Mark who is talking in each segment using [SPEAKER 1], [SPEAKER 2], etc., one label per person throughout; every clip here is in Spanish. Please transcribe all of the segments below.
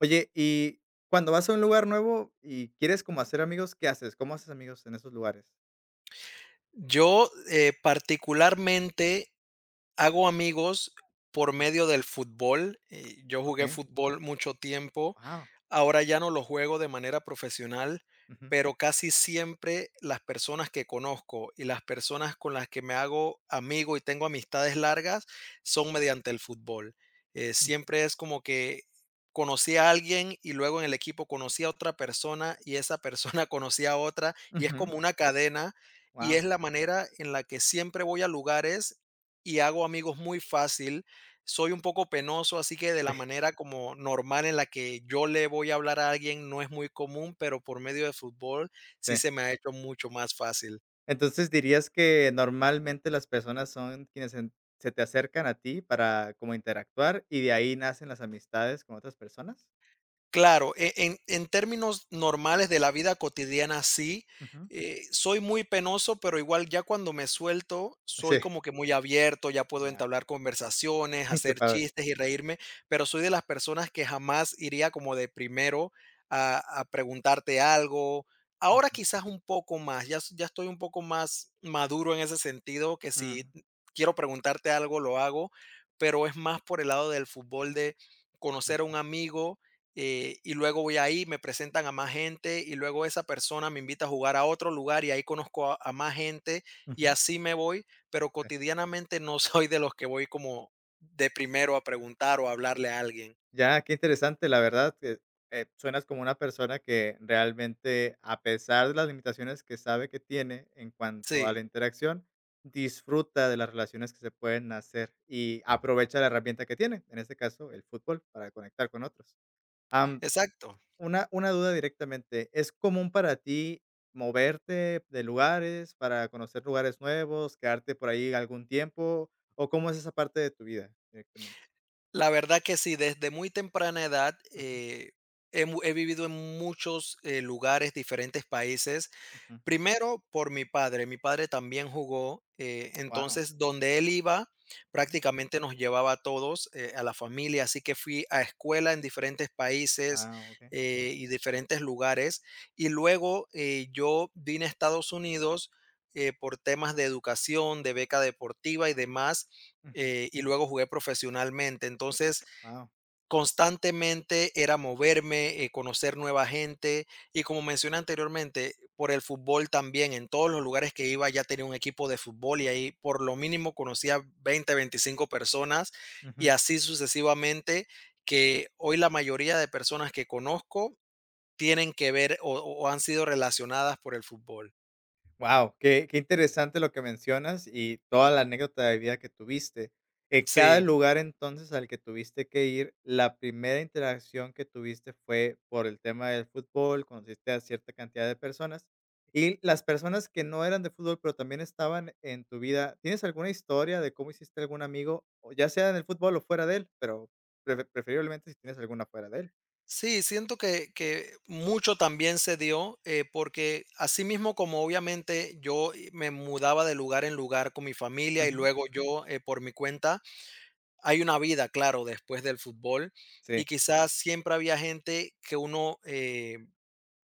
[SPEAKER 1] Oye, y cuando vas a un lugar nuevo y quieres como hacer amigos, ¿qué haces? ¿Cómo haces amigos en esos lugares?
[SPEAKER 2] Yo, particularmente, hago amigos por
[SPEAKER 1] Mm,
[SPEAKER 2] medio del fútbol, yo jugué
[SPEAKER 1] okey.
[SPEAKER 2] fútbol mucho tiempo,
[SPEAKER 1] Wow.
[SPEAKER 2] ahora ya no lo juego de manera profesional,
[SPEAKER 1] Ujú,
[SPEAKER 2] pero casi siempre las personas que conozco y las personas con las que me hago amigo y tengo amistades largas son mediante el fútbol.
[SPEAKER 1] mm,
[SPEAKER 2] Siempre es como que conocí a alguien y luego en el equipo conocí a otra persona y esa persona conocía a otra y es como una cadena, y es la manera en la que siempre voy a lugares y hago amigos muy fácil. Soy un poco penoso, así que de la
[SPEAKER 1] sí,
[SPEAKER 2] manera como normal en la que yo le voy a hablar a alguien no es muy común, pero por medio de fútbol sí
[SPEAKER 1] sí.
[SPEAKER 2] se me ha hecho mucho más fácil.
[SPEAKER 1] Entonces, ¿dirías que normalmente las personas son quienes en se te acercan a ti para como interactuar y de ahí nacen las amistades con otras personas?
[SPEAKER 2] Claro, en términos normales de la vida cotidiana, sí.
[SPEAKER 1] Ujú.
[SPEAKER 2] Soy muy penoso, pero igual ya cuando me suelto,
[SPEAKER 1] Sí,
[SPEAKER 2] soy como que muy abierto, ya puedo
[SPEAKER 1] ya,
[SPEAKER 2] entablar conversaciones,
[SPEAKER 1] qué
[SPEAKER 2] hacer
[SPEAKER 1] padre.
[SPEAKER 2] chistes y reírme, pero soy de las personas que jamás iría como de primero a preguntarte algo. Ahora
[SPEAKER 1] Ujú,
[SPEAKER 2] quizás un poco más, ya, ya estoy un poco más maduro en ese sentido, que
[SPEAKER 1] mm,
[SPEAKER 2] si quiero preguntarte algo, lo hago, pero es más por el lado del fútbol, de conocer a un
[SPEAKER 1] mm,
[SPEAKER 2] amigo, y luego voy ahí, me presentan a más gente y luego esa persona me invita a jugar a otro lugar y ahí conozco a más gente y
[SPEAKER 1] ujú,
[SPEAKER 2] así me voy, pero
[SPEAKER 1] sí.
[SPEAKER 2] cotidianamente no soy de los que voy como de primero a preguntar o a hablarle a alguien.
[SPEAKER 1] Ya, qué interesante, la verdad que, suenas como una persona que realmente, a pesar de las limitaciones que sabe que tiene en cuanto a
[SPEAKER 2] Sí,
[SPEAKER 1] la interacción, disfruta de las relaciones que se pueden hacer y aprovecha la herramienta que tiene, en este caso, el fútbol, para conectar con otros. Am,
[SPEAKER 2] exacto.
[SPEAKER 1] una duda directamente, ¿es común para ti moverte de lugares, para conocer lugares nuevos, quedarte por ahí algún tiempo? ¿O cómo es esa parte de tu vida directamente?
[SPEAKER 2] La verdad que sí, desde muy temprana edad, he vivido en muchos lugares, diferentes países. Primero, por mi padre. Mi padre también jugó,
[SPEAKER 1] Wow.
[SPEAKER 2] entonces donde él iba prácticamente nos llevaba a todos, a la familia, así que fui a escuela en diferentes países
[SPEAKER 1] Wow, okey.
[SPEAKER 2] y diferentes lugares. Y luego yo vine a Estados Unidos por temas de educación, de beca deportiva y demás,
[SPEAKER 1] Ujú.
[SPEAKER 2] y luego jugué profesionalmente. Entonces,
[SPEAKER 1] Wow,
[SPEAKER 2] constantemente era moverme, conocer nueva gente, y como mencioné anteriormente, por el fútbol también, en todos los lugares que iba ya tenía un equipo de fútbol y ahí por lo mínimo conocía 20, 25 personas, y
[SPEAKER 1] ujú.
[SPEAKER 2] así sucesivamente, que hoy la mayoría de personas que conozco tienen que ver, o han sido relacionadas por el fútbol.
[SPEAKER 1] Guau, qué interesante lo que mencionas y toda la anécdota de vida que tuviste. En cada
[SPEAKER 2] Sí.
[SPEAKER 1] lugar, entonces, al que tuviste que ir, la primera interacción que tuviste fue por el tema del fútbol, conociste a cierta cantidad de personas, y las personas que no eran de fútbol, pero también estaban en tu vida, ¿tienes alguna historia de cómo hiciste algún amigo, o ya sea en el fútbol o fuera de él? Pero preferiblemente si tienes alguna fuera de él.
[SPEAKER 2] Sí, siento que mucho también se dio, porque así mismo, como obviamente yo me mudaba de lugar en lugar con mi familia y
[SPEAKER 1] Ujú.
[SPEAKER 2] luego yo, por mi cuenta, hay una vida, claro, después del fútbol, y
[SPEAKER 1] Sí.
[SPEAKER 2] quizás siempre había gente que uno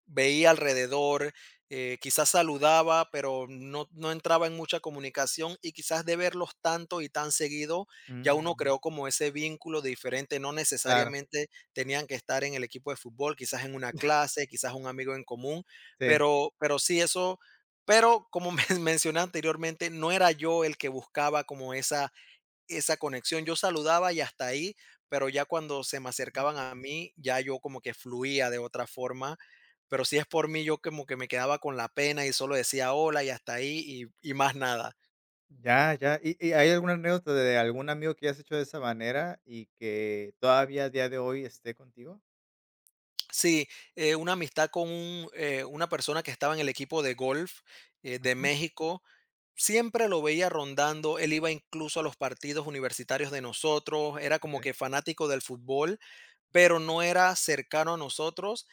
[SPEAKER 2] veía alrededor, quizás saludaba, pero no, no entraba en mucha comunicación, y quizás de verlos tanto y tan seguido, ya uno
[SPEAKER 1] Mm,
[SPEAKER 2] creó como ese vínculo diferente, no
[SPEAKER 1] claro,
[SPEAKER 2] necesariamente tenían que estar en el equipo de fútbol, quizás en una clase, quizás un amigo en común,
[SPEAKER 1] sí.
[SPEAKER 2] pero sí eso, pero como mencioné anteriormente, no era yo el que buscaba como esa esa conexión, yo saludaba y hasta ahí, pero ya cuando se me
[SPEAKER 1] Ujú.
[SPEAKER 2] acercaban a mí, ya yo como que fluía de otra forma, pero si es por mí, yo como que me quedaba con la pena y solo decía hola y hasta ahí, y más nada.
[SPEAKER 1] Ya, ya. ¿Y hay alguna anécdota de algún amigo que hayas hecho de esa manera y que todavía a día de hoy esté contigo?
[SPEAKER 2] Sí, una amistad con un, una persona que estaba en el equipo de golf de
[SPEAKER 1] Ujú.
[SPEAKER 2] México. Siempre lo veía rondando, él iba incluso a los partidos universitarios de nosotros, era como
[SPEAKER 1] Okey.
[SPEAKER 2] que fanático del fútbol, pero no era cercano a nosotros.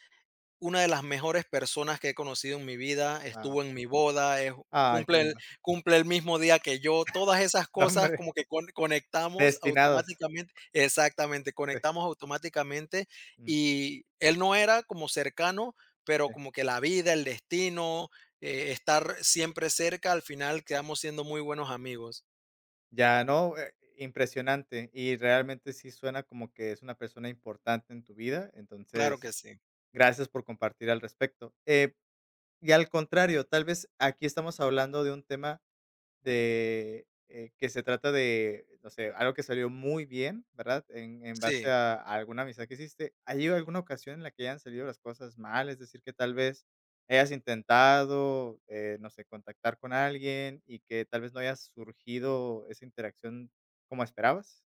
[SPEAKER 2] Una de las mejores personas que he conocido en mi vida,
[SPEAKER 1] Wao.
[SPEAKER 2] estuvo en mi boda, es,
[SPEAKER 1] Ay, qué lindo.
[SPEAKER 2] cumple el mismo día que yo. Todas esas
[SPEAKER 1] No,
[SPEAKER 2] cosas
[SPEAKER 1] hombre,
[SPEAKER 2] como que conectamos
[SPEAKER 1] destinados.
[SPEAKER 2] automáticamente, exactamente,
[SPEAKER 1] Sí,
[SPEAKER 2] conectamos automáticamente,
[SPEAKER 1] mm,
[SPEAKER 2] y él no era como cercano, pero
[SPEAKER 1] sí.
[SPEAKER 2] como que la vida, el destino, estar siempre cerca, al final quedamos siendo muy buenos amigos.
[SPEAKER 1] Ya, no, impresionante, y realmente sí suena como que es una persona importante en tu vida,
[SPEAKER 2] Claro
[SPEAKER 1] entonces,
[SPEAKER 2] que sí.
[SPEAKER 1] gracias por compartir al respecto. Y al contrario, tal vez aquí estamos hablando de un tema de que se trata de, no sé, algo que salió muy bien, ¿verdad? En base
[SPEAKER 2] Sí.
[SPEAKER 1] a alguna amistad que hiciste, ¿ha habido alguna ocasión en la que hayan salido las cosas mal? Es decir, que tal vez hayas intentado, no sé, contactar con alguien y que tal vez no haya surgido esa interacción como esperabas.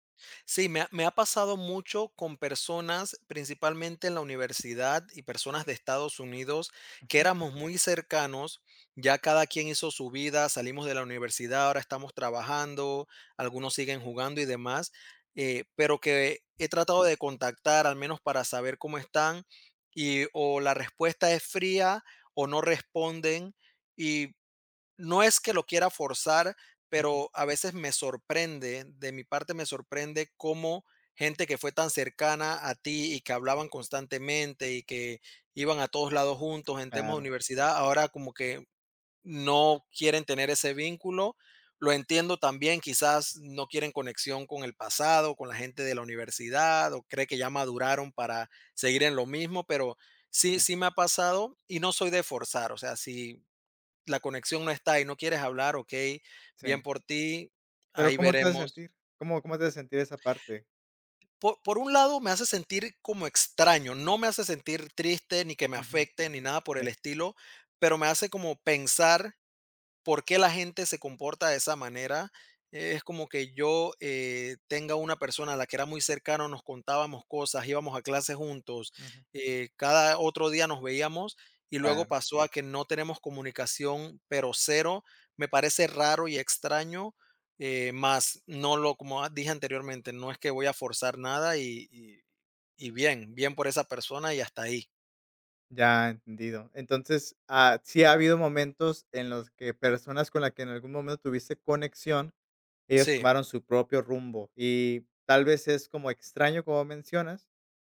[SPEAKER 2] Sí, me ha pasado mucho con personas, principalmente en la universidad y personas de Estados Unidos, que
[SPEAKER 1] Ujú,
[SPEAKER 2] éramos muy cercanos, ya cada quien hizo su vida, salimos de la universidad, ahora estamos trabajando, algunos siguen jugando y demás, pero que he tratado de contactar al menos para saber cómo están, y o la respuesta es fría o no responden. Y no es que lo quiera forzar,
[SPEAKER 1] ujú,
[SPEAKER 2] pero a veces me sorprende, de mi parte me sorprende cómo gente que fue tan cercana a ti y que hablaban
[SPEAKER 1] ujú.
[SPEAKER 2] constantemente y que iban a todos lados juntos en temas de
[SPEAKER 1] Claro,
[SPEAKER 2] universidad, ahora como que no quieren tener ese vínculo. Lo entiendo también, quizás no quieren conexión con el pasado, con la gente de la universidad, o cree que ya maduraron para seguir en lo mismo, pero sí,
[SPEAKER 1] sí,
[SPEAKER 2] sí me ha pasado y no soy de forzar, o sea, si la conexión no está y no quieres hablar, ok,
[SPEAKER 1] sí.
[SPEAKER 2] bien por ti,
[SPEAKER 1] Pero,
[SPEAKER 2] ahí
[SPEAKER 1] ¿cómo te hace
[SPEAKER 2] veremos.
[SPEAKER 1] sentir? ¿Cómo te hace sentir esa parte?
[SPEAKER 2] Por un lado, me hace sentir como extraño, no me hace sentir triste ni que me
[SPEAKER 1] Ujú,
[SPEAKER 2] afecte ni nada por
[SPEAKER 1] okey,
[SPEAKER 2] el estilo, pero me hace como pensar por qué la gente se comporta de esa manera. Es como que yo, tenga una persona a la que era muy cercano, nos contábamos cosas, íbamos a clase juntos,
[SPEAKER 1] ujú,
[SPEAKER 2] cada otro día nos veíamos y luego
[SPEAKER 1] claro.
[SPEAKER 2] pasó a que no tenemos comunicación, pero cero. Me parece raro y extraño, más no lo, como dije anteriormente, no es que voy a forzar nada, y bien, bien por esa persona y hasta ahí.
[SPEAKER 1] Ya, entendido. Entonces, sí ha habido momentos en los que personas con las que en algún momento tuviste conexión, ellos
[SPEAKER 2] Sí.
[SPEAKER 1] tomaron su propio rumbo y tal vez es como extraño como mencionas,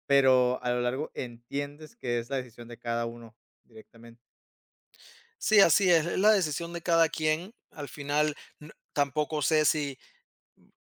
[SPEAKER 1] pero a lo largo entiendes que es la decisión de cada uno directamente.
[SPEAKER 2] Sí, así es la decisión de cada quien. Al final, tampoco sé si,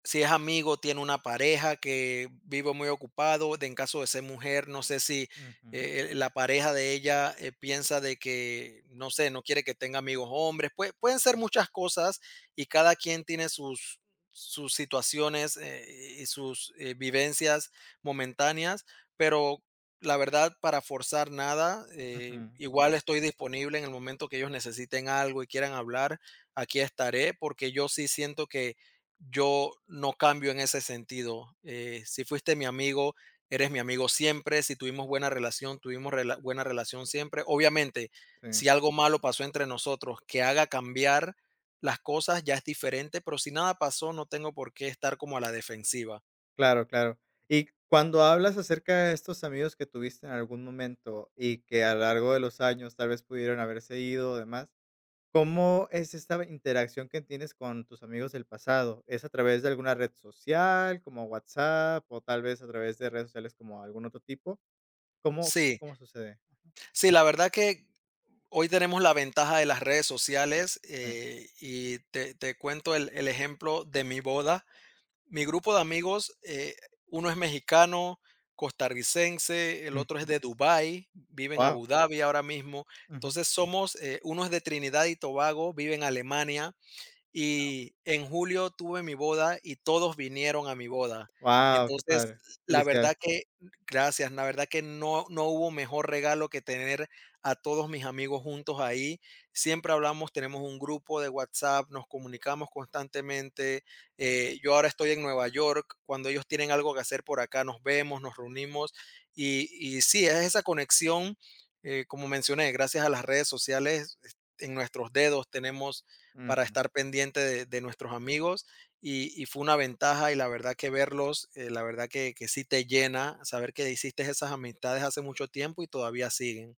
[SPEAKER 2] si es amigo, tiene una pareja que vive muy ocupado, de en caso de ser mujer, no sé si
[SPEAKER 1] Ujú,
[SPEAKER 2] la pareja de ella piensa de que, no sé, no quiere que tenga amigos hombres. Pueden ser muchas cosas, y cada quien tiene sus, sus situaciones y sus vivencias momentáneas, pero la verdad, para forzar nada,
[SPEAKER 1] ujú,
[SPEAKER 2] igual estoy disponible en el momento que ellos necesiten algo y quieran hablar, aquí estaré, porque yo sí siento que yo no cambio en ese sentido. Si fuiste mi amigo, eres mi amigo siempre. Si tuvimos buena relación, tuvimos buena relación siempre. Obviamente,
[SPEAKER 1] sí,
[SPEAKER 2] si algo malo pasó entre nosotros que haga cambiar las cosas, ya es diferente, pero si nada pasó, no tengo por qué estar como a la defensiva.
[SPEAKER 1] claro, claro. Cuando hablas acerca de estos amigos que tuviste en algún momento y que a lo largo de los años tal vez pudieron haberse ido o demás, ¿cómo es esta interacción que tienes con tus amigos del pasado? ¿Es a través de alguna red social, como WhatsApp, o tal vez a través de redes sociales como algún otro tipo? ¿Cómo
[SPEAKER 2] Sí,
[SPEAKER 1] cómo sucede?
[SPEAKER 2] sí, la verdad que hoy tenemos la ventaja de las redes sociales,
[SPEAKER 1] Wow,
[SPEAKER 2] y te cuento el ejemplo de mi boda. Mi grupo de amigos, uno es mexicano, costarricense, el otro es de Dubái, vive en
[SPEAKER 1] wow,
[SPEAKER 2] Abu Dhabi ahora mismo. Entonces somos, uno es de Trinidad y Tobago, vive en Alemania, y en julio tuve mi boda y todos vinieron a mi boda.
[SPEAKER 1] qué
[SPEAKER 2] Entonces,
[SPEAKER 1] padre,
[SPEAKER 2] la verdad
[SPEAKER 1] felicidades.
[SPEAKER 2] que gracias, la verdad que no hubo mejor regalo que tener a todos mis amigos juntos ahí. Siempre hablamos, tenemos un grupo de WhatsApp, nos comunicamos constantemente. Yo ahora estoy en Nueva York, cuando ellos tienen algo que hacer por acá, nos vemos, nos reunimos. Y sí, es esa conexión, como mencioné, gracias a las redes sociales, en nuestros dedos tenemos para
[SPEAKER 1] Ujú,
[SPEAKER 2] estar pendiente de nuestros amigos, y fue una ventaja y la verdad que verlos, la verdad que sí te llena saber que hiciste esas amistades hace mucho tiempo y todavía siguen.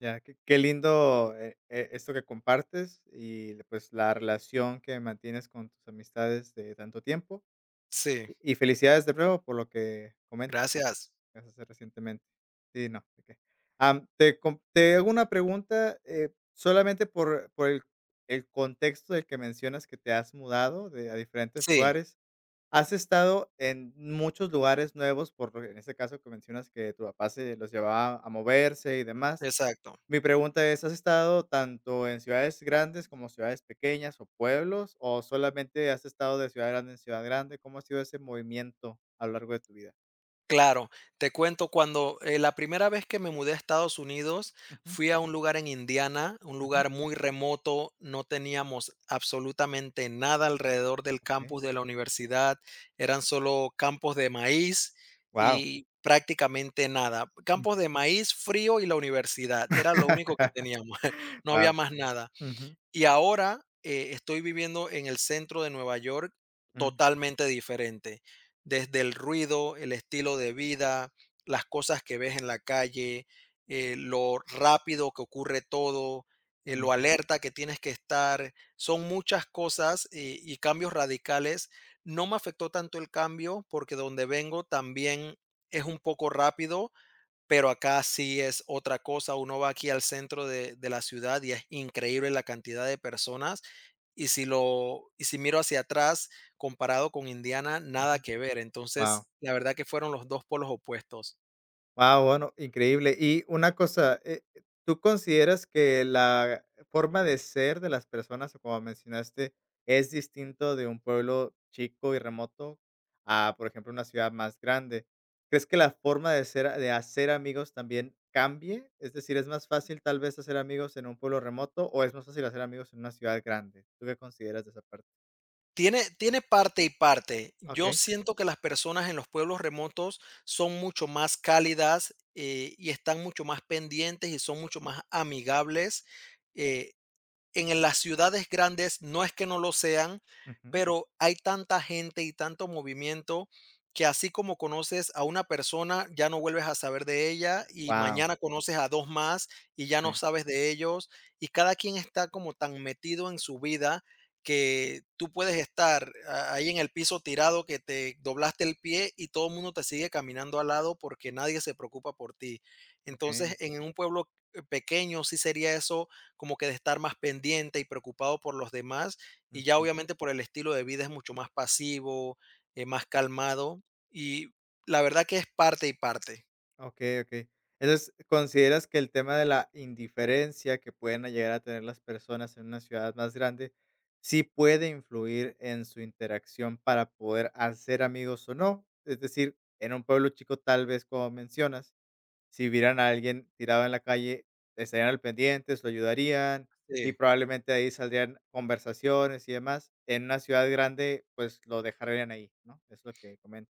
[SPEAKER 1] ya, qué lindo, esto que compartes y, pues, la relación que mantienes con tus amistades de tanto tiempo,
[SPEAKER 2] Sí,
[SPEAKER 1] y felicidades de nuevo por lo que comentas.
[SPEAKER 2] gracias.
[SPEAKER 1] Eso sí, recientemente. Sí, no, okey. Te hago una pregunta, solamente por el contexto del que mencionas que te has mudado de a diferentes
[SPEAKER 2] Sí,
[SPEAKER 1] lugares, ¿has estado en muchos lugares nuevos? En este caso que mencionas que tu papá se los llevaba a moverse y demás.
[SPEAKER 2] exacto.
[SPEAKER 1] Mi pregunta es, ¿has estado tanto en ciudades grandes como ciudades pequeñas o pueblos, o solamente has estado de ciudad grande en ciudad grande? ¿Cómo ha sido ese movimiento a lo largo de tu vida?
[SPEAKER 2] Claro, te cuento, cuando la primera vez que me mudé a Estados Unidos,
[SPEAKER 1] Ujú,
[SPEAKER 2] fui a un lugar en Indiana, un
[SPEAKER 1] ujú.
[SPEAKER 2] lugar muy remoto, no teníamos absolutamente nada alrededor del
[SPEAKER 1] Okey.
[SPEAKER 2] campus de la universidad, eran solo campos de maíz
[SPEAKER 1] Wow.
[SPEAKER 2] y prácticamente nada. Campos de maíz frío y la universidad, era lo único que teníamos, no había
[SPEAKER 1] Wow.
[SPEAKER 2] más nada.
[SPEAKER 1] Ujú,
[SPEAKER 2] Y ahora, estoy viviendo en el centro de Nueva York,
[SPEAKER 1] ujú,
[SPEAKER 2] totalmente diferente. Desde el ruido, el estilo de vida, las cosas que ves en la calle, lo rápido que ocurre todo, lo
[SPEAKER 1] ujú,
[SPEAKER 2] alerta que tienes que estar. Son muchas cosas y cambios radicales. No me afectó tanto el cambio porque donde vengo también es un poco rápido, pero acá sí es otra cosa. Uno va aquí al centro de la ciudad y es increíble la cantidad de personas. Y si miro hacia atrás, comparado con Indiana,
[SPEAKER 1] ujú.
[SPEAKER 2] nada que ver.
[SPEAKER 1] Guau,
[SPEAKER 2] Entonces, la verdad que fueron los dos polos opuestos.
[SPEAKER 1] guau, bueno, increíble. Y una cosa, ¿tú consideras que la forma de ser de las personas, o como mencionaste, es distinto de un pueblo chico y remoto a, por ejemplo, una ciudad más grande? ¿Crees que la forma de ser de hacer amigos también cambie? Es decir, ¿es más fácil tal vez hacer amigos en un pueblo remoto o es más fácil hacer amigos en una ciudad grande? ¿Tú qué consideras de esa parte?
[SPEAKER 2] Tiene, tiene parte y parte. Yo
[SPEAKER 1] Okey.
[SPEAKER 2] siento que las personas en los pueblos remotos son mucho más cálidas, y están mucho más pendientes y son mucho más amigables. eh, En las ciudades grandes no es que no lo sean, pero hay tanta gente y tanto movimiento que así como conoces a una persona, ya no vuelves a saber de ella y
[SPEAKER 1] Wow,
[SPEAKER 2] mañana conoces a dos más y ya no
[SPEAKER 1] sí,
[SPEAKER 2] sabes de ellos, y cada quien está como tan metido en su vida que tú puedes estar ahí en el piso tirado que te doblaste el pie y todo el mundo te sigue caminando al lado porque nadie se preocupa por ti. Entonces,
[SPEAKER 1] okey,
[SPEAKER 2] en un pueblo pequeño sí sería eso, como que de estar más pendiente y preocupado por los demás, y ya
[SPEAKER 1] ujú,
[SPEAKER 2] obviamente por el estilo de vida es mucho más pasivo, más calmado, y la verdad que es parte y parte.
[SPEAKER 1] okey, okey. Entonces, ¿consideras que el tema de la indiferencia que pueden llegar a tener las personas en una ciudad más grande sí puede influir en su interacción para poder hacer amigos o no? Es decir, en un pueblo chico, tal vez, como mencionas, si vieran a alguien tirado en la calle, estarían al pendientes, lo ayudarían y
[SPEAKER 2] Sí.
[SPEAKER 1] probablemente ahí saldrían conversaciones y demás. En una ciudad grande, pues, lo dejarían ahí, ¿no? Es lo que comentas.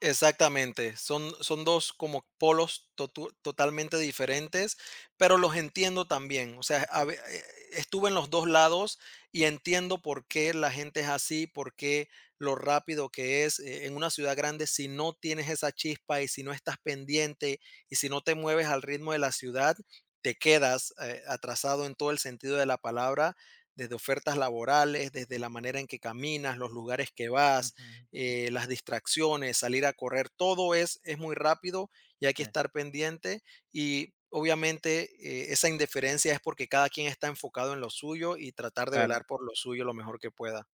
[SPEAKER 2] Exactamente, son 2 como polos totu totalmente diferentes, pero los entiendo también, o sea, a ve estuve en los 2 lados y entiendo por qué la gente es así, por qué lo rápido que es, en una ciudad grande, si no tienes esa chispa y si no estás pendiente y si no te mueves al ritmo de la ciudad, te quedas, atrasado en todo el sentido de la palabra, desde ofertas laborales, desde la manera en que caminas, los lugares que vas,
[SPEAKER 1] Ujú,
[SPEAKER 2] las distracciones, salir a correr, todo es muy rápido, y hay que
[SPEAKER 1] sí,
[SPEAKER 2] estar pendiente, y obviamente esa indiferencia es porque cada quien está enfocado en lo suyo y tratar de
[SPEAKER 1] claro.
[SPEAKER 2] velar por lo suyo lo mejor que pueda.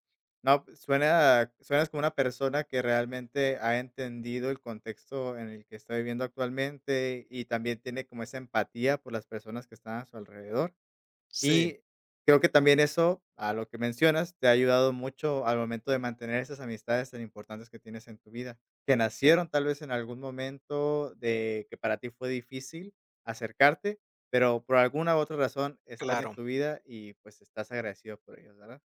[SPEAKER 1] No, pues, suenas como una persona que realmente ha entendido el contexto en el que está viviendo actualmente, y también tiene como esa empatía por las personas que están a su alrededor.
[SPEAKER 2] Sí,
[SPEAKER 1] Y creo que también eso, a lo que mencionas, te ha ayudado mucho al momento de mantener esas amistades tan importantes que tienes en tu vida, que nacieron tal vez en algún momento de que para ti fue difícil acercarte, pero por alguna u otra razón están en
[SPEAKER 2] claro.
[SPEAKER 1] tu vida y, pues, estás agradecido por ellos, ¿verdad?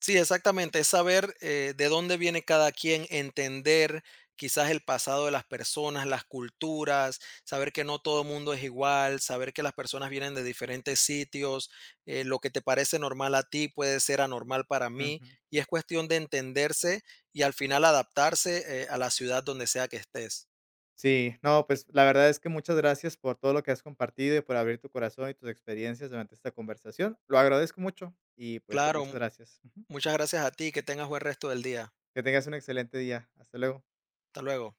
[SPEAKER 2] Sí, exactamente. Es saber de dónde viene cada quien, entender quizás el pasado de las personas, las culturas, saber que no todo el mundo es igual, saber que las personas vienen de diferentes sitios, lo que te parece normal a ti puede ser anormal para mí,
[SPEAKER 1] Ujú.
[SPEAKER 2] y es cuestión de entenderse y al final adaptarse a la ciudad donde sea que estés.
[SPEAKER 1] Sí, no, pues la verdad es que muchas gracias por todo lo que has compartido y por abrir tu corazón y tus experiencias durante esta conversación. Lo agradezco mucho y pues
[SPEAKER 2] Claro,
[SPEAKER 1] muchas gracias. Ujú.
[SPEAKER 2] muchas gracias a ti, que tengas buen resto del día.
[SPEAKER 1] Que tengas un excelente día. Hasta luego.
[SPEAKER 2] Hasta luego.